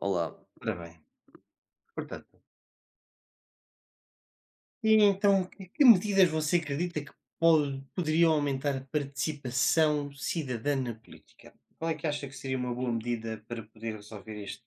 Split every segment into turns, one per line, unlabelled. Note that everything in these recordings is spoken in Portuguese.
Olá,
Ora bem, portanto, e então que medidas você acredita que poderiam aumentar a participação cidadã na política? Qual é que acha que seria uma boa medida para poder resolver este,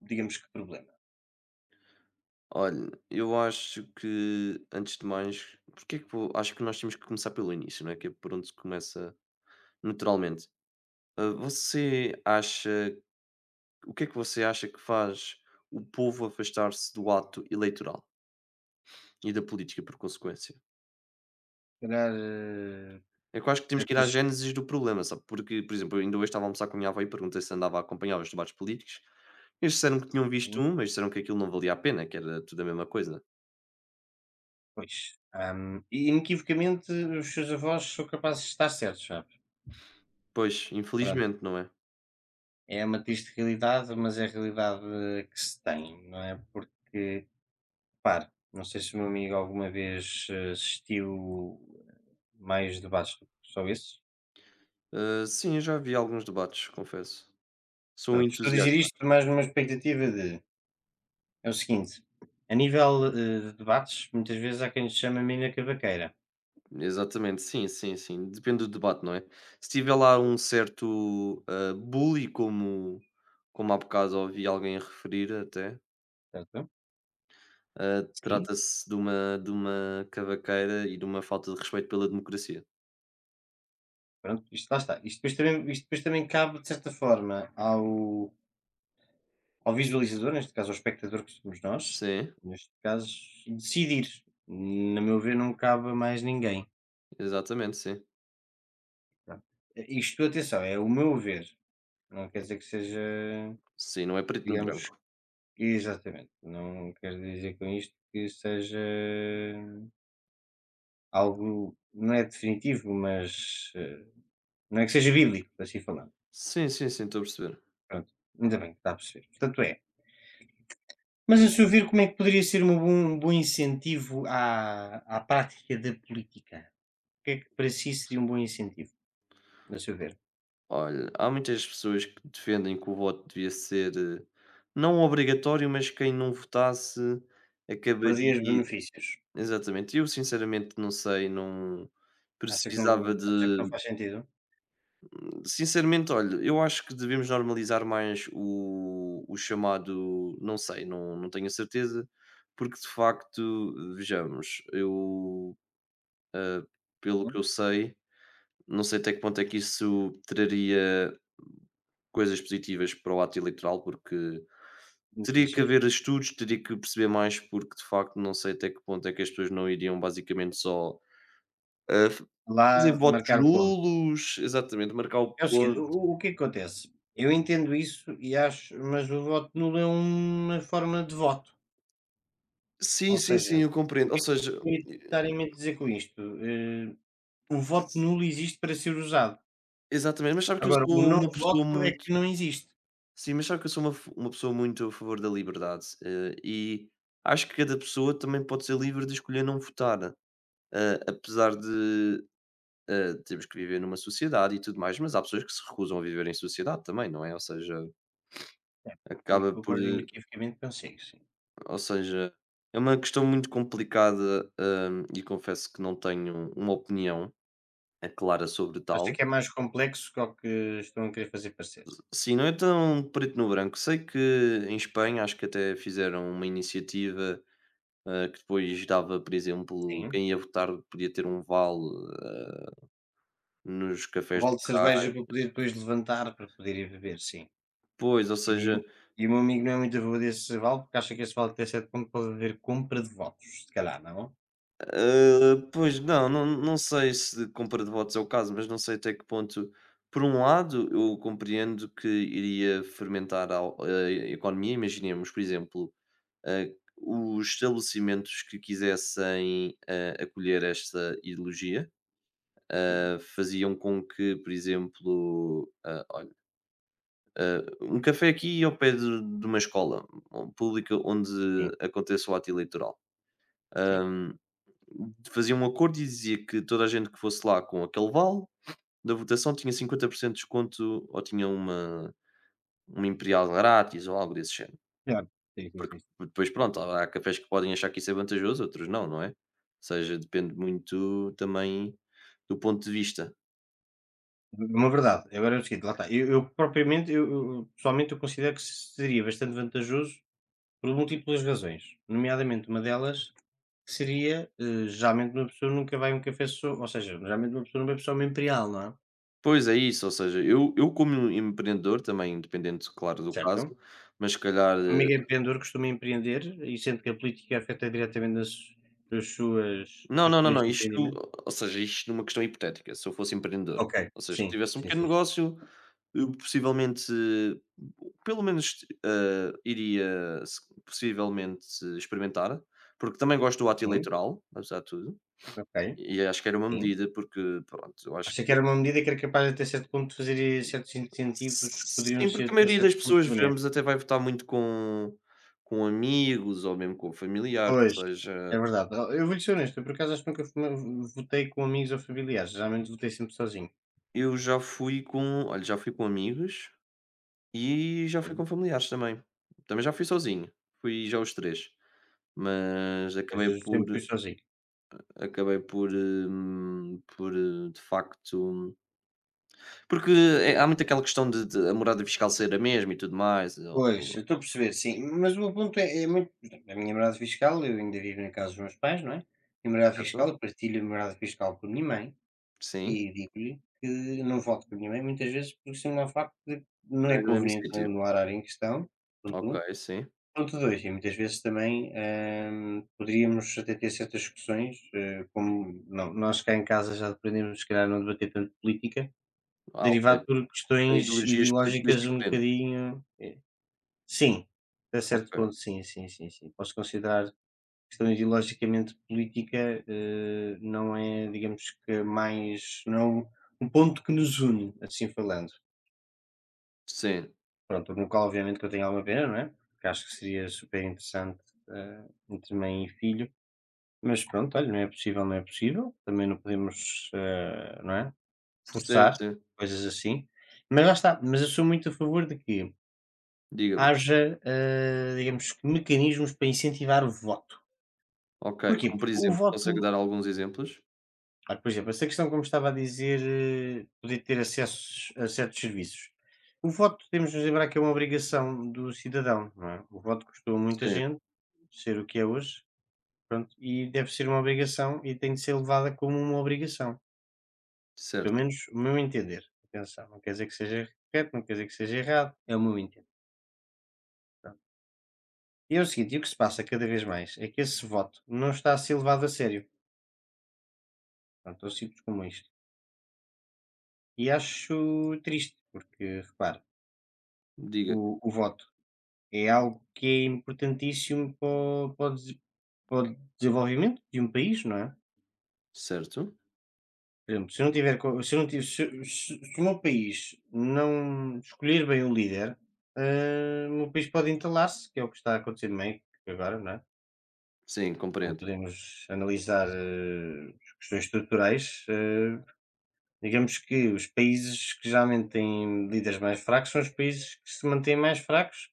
digamos que, problema?
olha, eu acho que antes de mais, porque é que vou- acho que nós temos que começar pelo início, não é? Que é por onde se começa naturalmente. Você acha, o que é que você acha que faz o povo afastar-se do ato eleitoral e da política por consequência?
Se calhar,
É que eu acho que temos que ir à
certas.
gênesis do problema, sabe? Porque, por exemplo, eu ainda hoje estava a almoçar com a minha avó e perguntei se andava a acompanhar os debates políticos. Eles disseram que tinham visto um, mas disseram que aquilo não valia a pena, que era tudo a mesma coisa.
Pois. E inequivocamente, os seus avós são capazes de estar certos, sabe?
Pois,
Pronto.
infelizmente, não é?
É uma triste realidade, mas é a realidade que se tem, não é? Porque repare, não sei se o meu amigo alguma vez, assistiu mais debates do que só esse.
Ah, sim, já vi alguns debates, confesso. Sou um
Pronto, estou a dizer
entusiasta.
isto mais numa expectativa de é o seguinte, a nível, de debates, muitas vezes há quem lhe chama mina cavaqueira.
Exatamente, sim, sim, sim. Depende do debate, não é? Se tiver lá
Pois.
um certo bully, como, como há bocado ouvi alguém referir até,
Certo? Sim,
trata-se de uma cavaqueira e de uma falta de respeito pela democracia.
pronto, isto lá está. Isto depois também cabe, de certa forma, ao ao visualizador, neste caso ao espectador que somos nós,
Sim,
neste caso, decidir. Na meu ver, não cabe a mais ninguém,
exatamente, sim.
pronto. Isto, atenção, é o meu ver. Não quer dizer que seja,
Sim, não é preto no
digamos,
branco.
exatamente, não quero dizer com isto que seja algo não é definitivo, mas, não é que seja bíblico, assim falando.
Sim, sim, sim, estou a perceber.
Pronto, ainda bem que está a perceber. Portanto é, mas a seu ver como é que poderia ser uma bom um bom incentivo à à prática da política? O que é que para si seria um bom incentivo, a seu ver?
Olha, há muitas pessoas que defendem que o voto devia ser não obrigatório, mas quem não votasse
Perdias
acabaria.
benefícios.
Exatamente. Eu sinceramente não sei, não
Acha que
precisava
não,
de.
acha que não faz sentido?
Sinceramente, olha, eu acho que devemos normalizar mais o chamado. Não sei, não, não tenho a certeza, porque de facto, vejamos, eu, eh, pelo que
Sim,
eu sei. Não sei até que ponto é que isso traria coisas positivas para o ato eleitoral, porque teria que
benefícios.
haver estudos, teria que perceber mais, porque de facto não sei até que ponto é que as pessoas não iriam basicamente só, ah, f- fazer
Lá
votos
marcar o ponto.
nulos, exatamente, marcar o
É o seguinte,
ponto.
o que é que acontece? Eu entendo isso e acho, mas o voto nulo é uma forma de voto,
Sim,
ou
sim, sim,
seja,
eu
o
compreendo. Ou
que é
seja,
que eu
e-
necessariamente dizer com isto? O voto nulo existe para ser usado,
exatamente, mas sabe que eu
agora o
sou
não
uma pessoa
voto é
muito.
que não existe.
Sim, mas sabe que eu sou uma pessoa muito a favor da liberdade. E acho que cada pessoa também pode ser livre de escolher não votar. Apesar de, termos que viver numa sociedade e tudo mais, mas há pessoas que se recusam a viver em sociedade também, não é? Ou seja,
Certo. É aí
acaba por,
concordo inequivocamente consigo, sim.
ou seja, é uma questão muito complicada, e confesso que não tenho uma opinião, clara sobre
Acho que
tal.
é mais complexo que ao que estão a querer fazer parecer.
Sim, não é tão preto no branco. Sei que em Espanha acho que até fizeram uma iniciativa, que depois dava, por exemplo,
Sim.
quem ia votar podia ter um vale, ah, nos
Um
cafés do
balde de cerveja
carro.
para poder depois levantar, para poder ir beber, sim.
Pois, ou
E
seja.
e o meu amigo não é muito a favor desse vale, porque acha que esse vale de K7 pontos pode haver compra de votos, se calhar, não?
Pois não, não sei se de compra de votos é o caso, mas não sei até que ponto, por um lado, eu compreendo que iria fermentar a economia. Imaginemos, por exemplo, ah, os estabelecimentos que quisessem acolher esta ideologia
Sim,
faziam com que, por exemplo, olha, um café aqui ao pé de uma escola pública onde
sim,
aconteça o ato eleitoral.
sim.
Fazia um acordo e dizia que toda a gente que fosse lá com aquele vale da votação tinha 50% de desconto ou tinha uma imperial grátis ou algo desse género.
Claro. Sim, sim, sim, sim.
Depois, pronto, há cafés que podem achar que isso é vantajoso, outros não, não é? Ou seja, depende muito também do ponto de vista.
Uma verdade. Agora é o seguinte, lá está. Eu propriamente, eu, pessoalmente, eu considero que seria bastante vantajoso por múltiplas razões. Nomeadamente, uma delas seria, geralmente, uma pessoa nunca vai a um café só, ou seja, geralmente uma pessoa não bebe só uma imperial, não é?
Pois é isso, ou seja, eu como empreendedor, também dependendo, claro, do caso,
Certo?
mas se calhar
Um amigo empreendedor costuma empreender e sente que a política afeta diretamente nas nas suas nos
não,
seus
não, não,
poderes
não,
de
isto
empreendimento?
ou seja, isto numa questão hipotética, se eu fosse empreendedor,
Ok,
ou seja, que
sim,
tivesse um
sim,
pequeno
sim,
negócio, eu possivelmente, pelo menos, iria se possivelmente experimentar, porque também gosto do ato
sim,
eleitoral, apesar de tudo,
ok,
e acho que era uma
sim.
medida, porque pronto, eu acho
Achei que
que
era uma medida que era capaz de até certo ponto de fazer certos incentivos que poderiam
sim,
ser
porque a
até
maioria
certo
das
ponto
pessoas vemos
benéficos.
até vai votar muito com amigos ou mesmo com familiares,
Pois,
ou seja,
é verdade. Ó, eu vou-lhe ser honesto, eu por acaso acho que nunca fu votei com amigos ou familiares, geralmente votei sempre sozinho.
eu já fui com olha, já fui com amigos. E já fui com familiares também. Também já fui sozinho, fui já os três, mas
Pois eu sempre fui sozinho.
acabei por, de facto porque é há muito aquela questão de a morada fiscal ser a mesma e tudo mais,
Pois, eu estou a perceber, sim. Mas o meu ponto é, é muito. A minha morada fiscal, eu ainda vivo na casa dos meus pais, não é? A morada
certo?
fiscal, eu partilho a morada fiscal com a minha mãe
Sim,
e digo-lhe que não falo com a minha mãe muitas vezes por se ao facto de não
não
é
é no mesmo
conveniente
sítio.
no no horário em questão, ponto
Ok,
um.
sim.
Ponto dois, e muitas vezes também poderíamos até ter certas discussões, como não, nós cá em casa já aprendemos, se calhar, a não debater tanto política,
Ah, ok,
derivado por
tem
questões
ideologias políticas
ideológicas um
diferentes.
bocadinho. Sim, até certo
Ok.
ponto sim, sim, sim, sim. Posso considerar que questão ideologicamente política, não é, digamos que mais não é um um ponto que nos une, assim falando.
Sim,
Pronto, no qual obviamente que eu tenho alguma pena, não é? Porque acho que seria super interessante, entre mãe e filho, mas pronto, olha, não é possível, não é possível. Também não podemos, não é?
sim,
Forçar
sim.
coisas assim. Mas lá está, mas eu sou muito a favor de que
Diga-me.
haja, digamos que mecanismos para incentivar o voto.
Ok,
Porquê?
como
Porque
por
o
exemplo, consegue
voto,
dar alguns exemplos?
ah, por exemplo, essa questão, como estava a dizer, poder ter acesso a certos serviços. O voto, temos de nos lembrar que é uma obrigação do cidadão, não é? O voto custou a muita
Sim,
gente ser o que é hoje, pronto, e deve ser uma obrigação e tem de ser levada como uma obrigação.
certo.
Pelo menos o meu entender. Atenção, não quer dizer que seja correto, não quer dizer que seja errado, é o meu entender. Pronto. E é o seguinte, e o que se passa cada vez mais é que esse voto não está a ser levado a sério. Pronto, eu sinto como isto. E acho triste, porque repara,
Diga.
o voto é algo que é importantíssimo para o, para o para o desenvolvimento de um país, não é?
Certo.
Por exemplo, se eu não tiver, se eu não tiver, se, se o meu país não escolher bem o líder, o meu país pode entalar-se, que é o que está a acontecer também agora, não é?
Sim,
Como
compreendo.
podemos analisar as questões estruturais, digamos que os países que geralmente têm líderes mais fracos são os países que se mantêm mais fracos.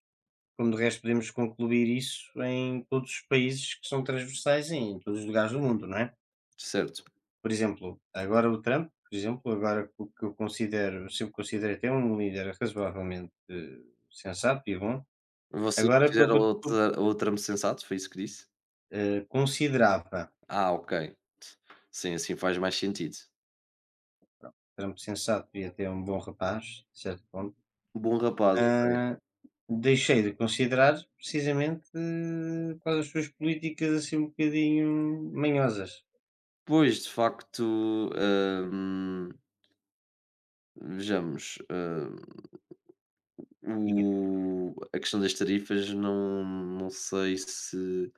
Como de resto podemos concluir isso em todos os países que são transversais e em todos os lugares do mundo, não é?
Certo.
Por exemplo, agora o Trump, por exemplo, agora o que eu considero, sempre considerei até um líder razoavelmente sensato e bom,
Você
agora pelo
considera
que eu tu,
outra o tramo sensato? Foi isso que disse?
considerava
Ah, ok. Sim, assim faz mais sentido.
Trump sensato e até um bom rapaz, a certo ponto,
Bom rapaz, ok.
hã, deixei de considerar precisamente por causa das suas políticas assim um bocadinho manhosas,
Pois, de facto, hum, vejamos,
diga.
o a questão das tarifas não sei se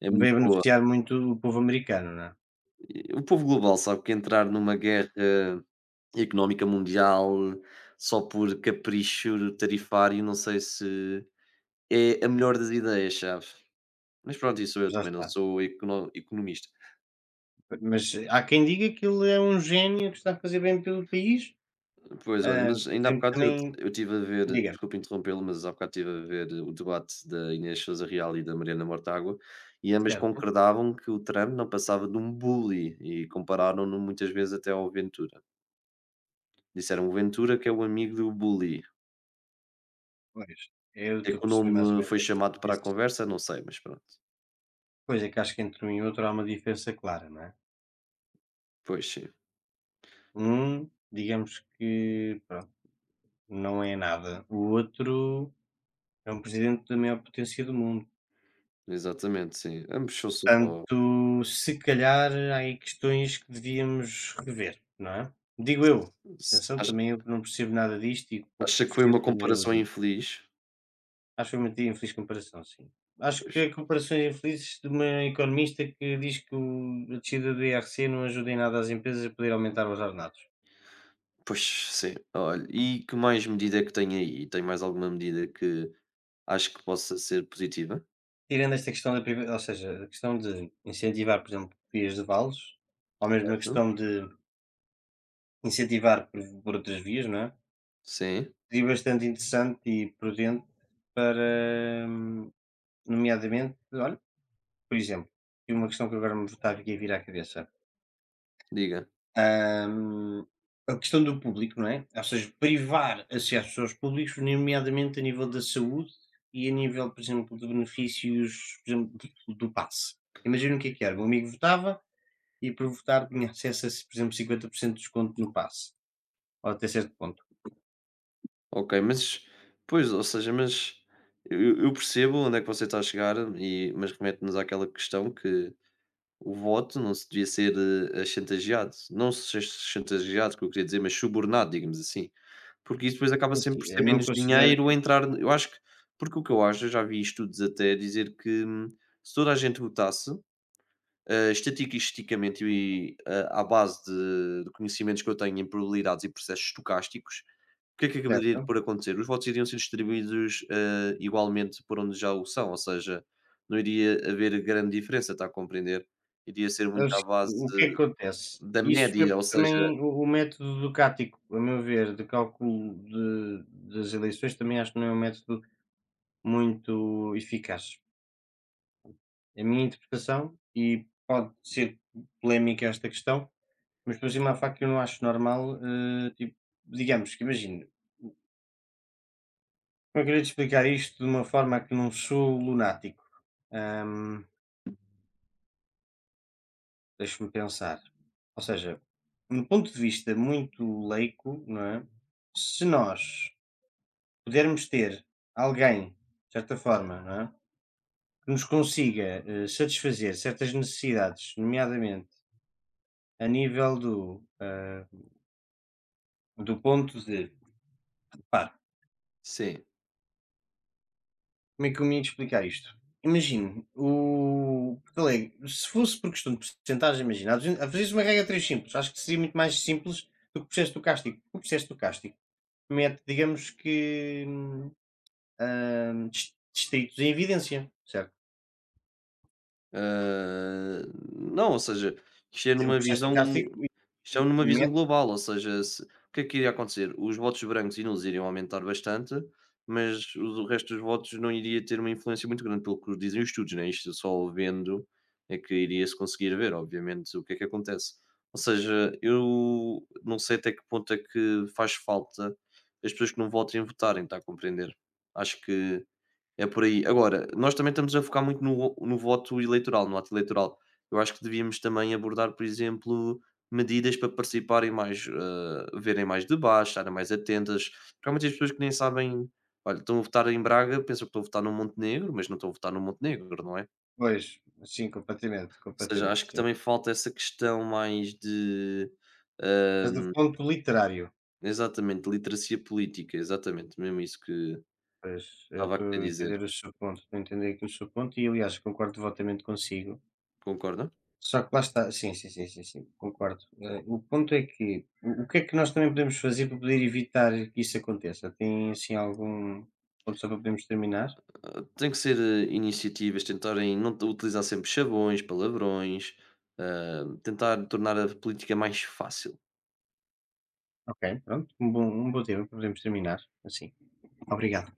é
Não
muito
veio
boa.
beneficiar muito o povo americano, não é?
E o povo global sabe que entrar numa guerra económica mundial só por capricho tarifário, não sei se é a melhor das ideias, sabe? Mas pronto, isso eu
Já
também não
está.
sou economista.
Mas há quem diga que ele é um gênio que está a fazer bem pelo país.
Pois, olha,
Ah,
mas ainda há
tem
bocado
também,
eu estive a ver,
diga,
desculpe interrompê-lo, mas há bocado estive a ver o debate da Inês Sousa Real e da Mariana Mortágua e ambas
certo?
concordavam que o Trump não passava de um bully e compararam-no muitas vezes até ao Ventura. Disseram o Ventura que é o amigo do bully.
Pois, eu
É
estou a
que o
perceber mais ou
nome
menos
foi
esse
chamado para a
esse,
conversa, não sei, mas pronto.
pois é que acho que entre um e outro há uma diferença clara, não é?
Pois sim,
Um, digamos que, pronto, não é nada. O outro é um presidente da maior potência do mundo.
exatamente, sim. Ambos são só.
Portanto, se calhar há aí questões que devíamos rever, não é? Digo eu. Atenção,
Acha,
também eu que não percebo nada disto e pouco
acha que foi
percebo,
uma
também não o
comparação
digo.
infeliz?
Acho que foi muito infeliz comparação, sim. Acho que
Pois.
há comparações infelizes de uma economista que diz que a descida do IRC não ajuda em nada as empresas a poder aumentar os ordenados.
Pois, sim. Olha, e que mais medida é que tem aí? Tem mais alguma medida que acho que possa ser positiva?
Tirando esta questão da ou seja, a questão de incentivar, por exemplo, vias de vales, ou mesmo a
Certo?
questão de incentivar por outras vias, não é?
Sim,
Seria bastante interessante e prudente para, nomeadamente, olha, por exemplo, e uma questão que agora me está aqui a vir à cabeça.
diga.
Ahm, a questão do público, não é? Ou seja, privar acessos aos públicos, nomeadamente a nível da saúde e a nível, por exemplo, de benefícios, por exemplo, do do passe. Imagina o que é que era: o meu amigo votava e, por votar, tinha acesso a, por exemplo, 50% de desconto no passe, ou até certo ponto.
Ok, mas, pois, ou seja, mas eu percebo onde é que você está a chegar, e, mas remete-nos àquela questão que o voto não se devia ser chantageado. Não se chantageado, que eu queria dizer, mas subornado, digamos assim. Porque isso depois acaba sempre
Assim,
por
eu
ser
não
menos
considero,
dinheiro a entrar. Eu acho que, porque o que eu acho, eu já vi estudos até dizer que se toda a gente votasse estatica e esteticamente à base de conhecimentos que eu tenho em probabilidades e processos estocásticos, o que é que acabaria
certo?
por acontecer? Os votos iriam ser distribuídos igualmente por onde já o são, ou seja, não iria haver grande diferença, está a compreender? Iria ser
É o
muito à
seguinte,
base
o que é que acontece?
da
Isso é
média, ou seja,
também o método Ducati, a meu ver, de cálculo de das eleições, também acho que não é um método muito eficaz. É a minha interpretação e pode ser polémica esta questão, mas por cima há facto que eu não acho normal, tipo, digamos que imagino. Eu queria de explicar isto de uma forma que não sou lunático? Hum, Deixa-me pensar. Ou seja, um ponto de vista muito leico, não é? Se nós pudermos ter alguém, de certa forma, não é? Que nos consiga, satisfazer certas necessidades, nomeadamente a nível do, do ponto de, pá,
sim.
como é que eu me ia explicar isto? Imagino, o Porto Alegre, se fosse por questão de percentagem, imagina, a vezes uma regra 3 simples, acho que seria muito mais simples do que o processo do cástico. O processo do cástico mete, digamos que, distritos em evidência, certo?
Ah, não, ou seja, isto é
O
numa
processo do
visão
cástico
isto é numa visão
mete,
global, ou seja, se o que é que iria acontecer? Os votos brancos e nulos iriam aumentar bastante, mas o resto dos votos não iria ter uma influência muito grande, pelo que dizem os estudos, né, isto só vendo é que iria-se conseguir ver, obviamente, o que é que acontece. Ou seja, eu não sei até que ponto é que faz falta as pessoas que não votem votarem, está a compreender? Acho que é por aí. Agora, nós também estamos a focar muito no vo no voto eleitoral, no ato eleitoral. Eu acho que devíamos também abordar, por exemplo, medidas para participarem mais, verem mais debates, estarem mais atentas, porque há muitas pessoas que nem sabem olha, estão a votar em Braga, pensam que estão a votar no Montenegro, mas não estão a votar no Montenegro, não é?
pois, sim, completamente,
Ou seja, acho
completamente,
que
sim.
também falta essa questão mais de,
Mas do
hã,
ponto literário.
exatamente, literacia política, exatamente, mesmo isso que
Pois, eu
estava a
estou
querer
a
dizer.
entender o seu ponto, estou a entender aqui o seu ponto e, aliás, concordo devotamente consigo.
Concorda?
Só que lá está, sim, sim, sim, sim, sim, concordo. O ponto é que, o que é que nós também podemos fazer para poder evitar que isso aconteça? Tem, assim, algum ponto só para podermos terminar?
Ah, tem que ser, iniciativas, tentarem não t utilizar sempre chavões, palavrões, tentar tornar a política mais fácil.
Ok, pronto, um bom tema para podermos terminar, assim. Obrigado.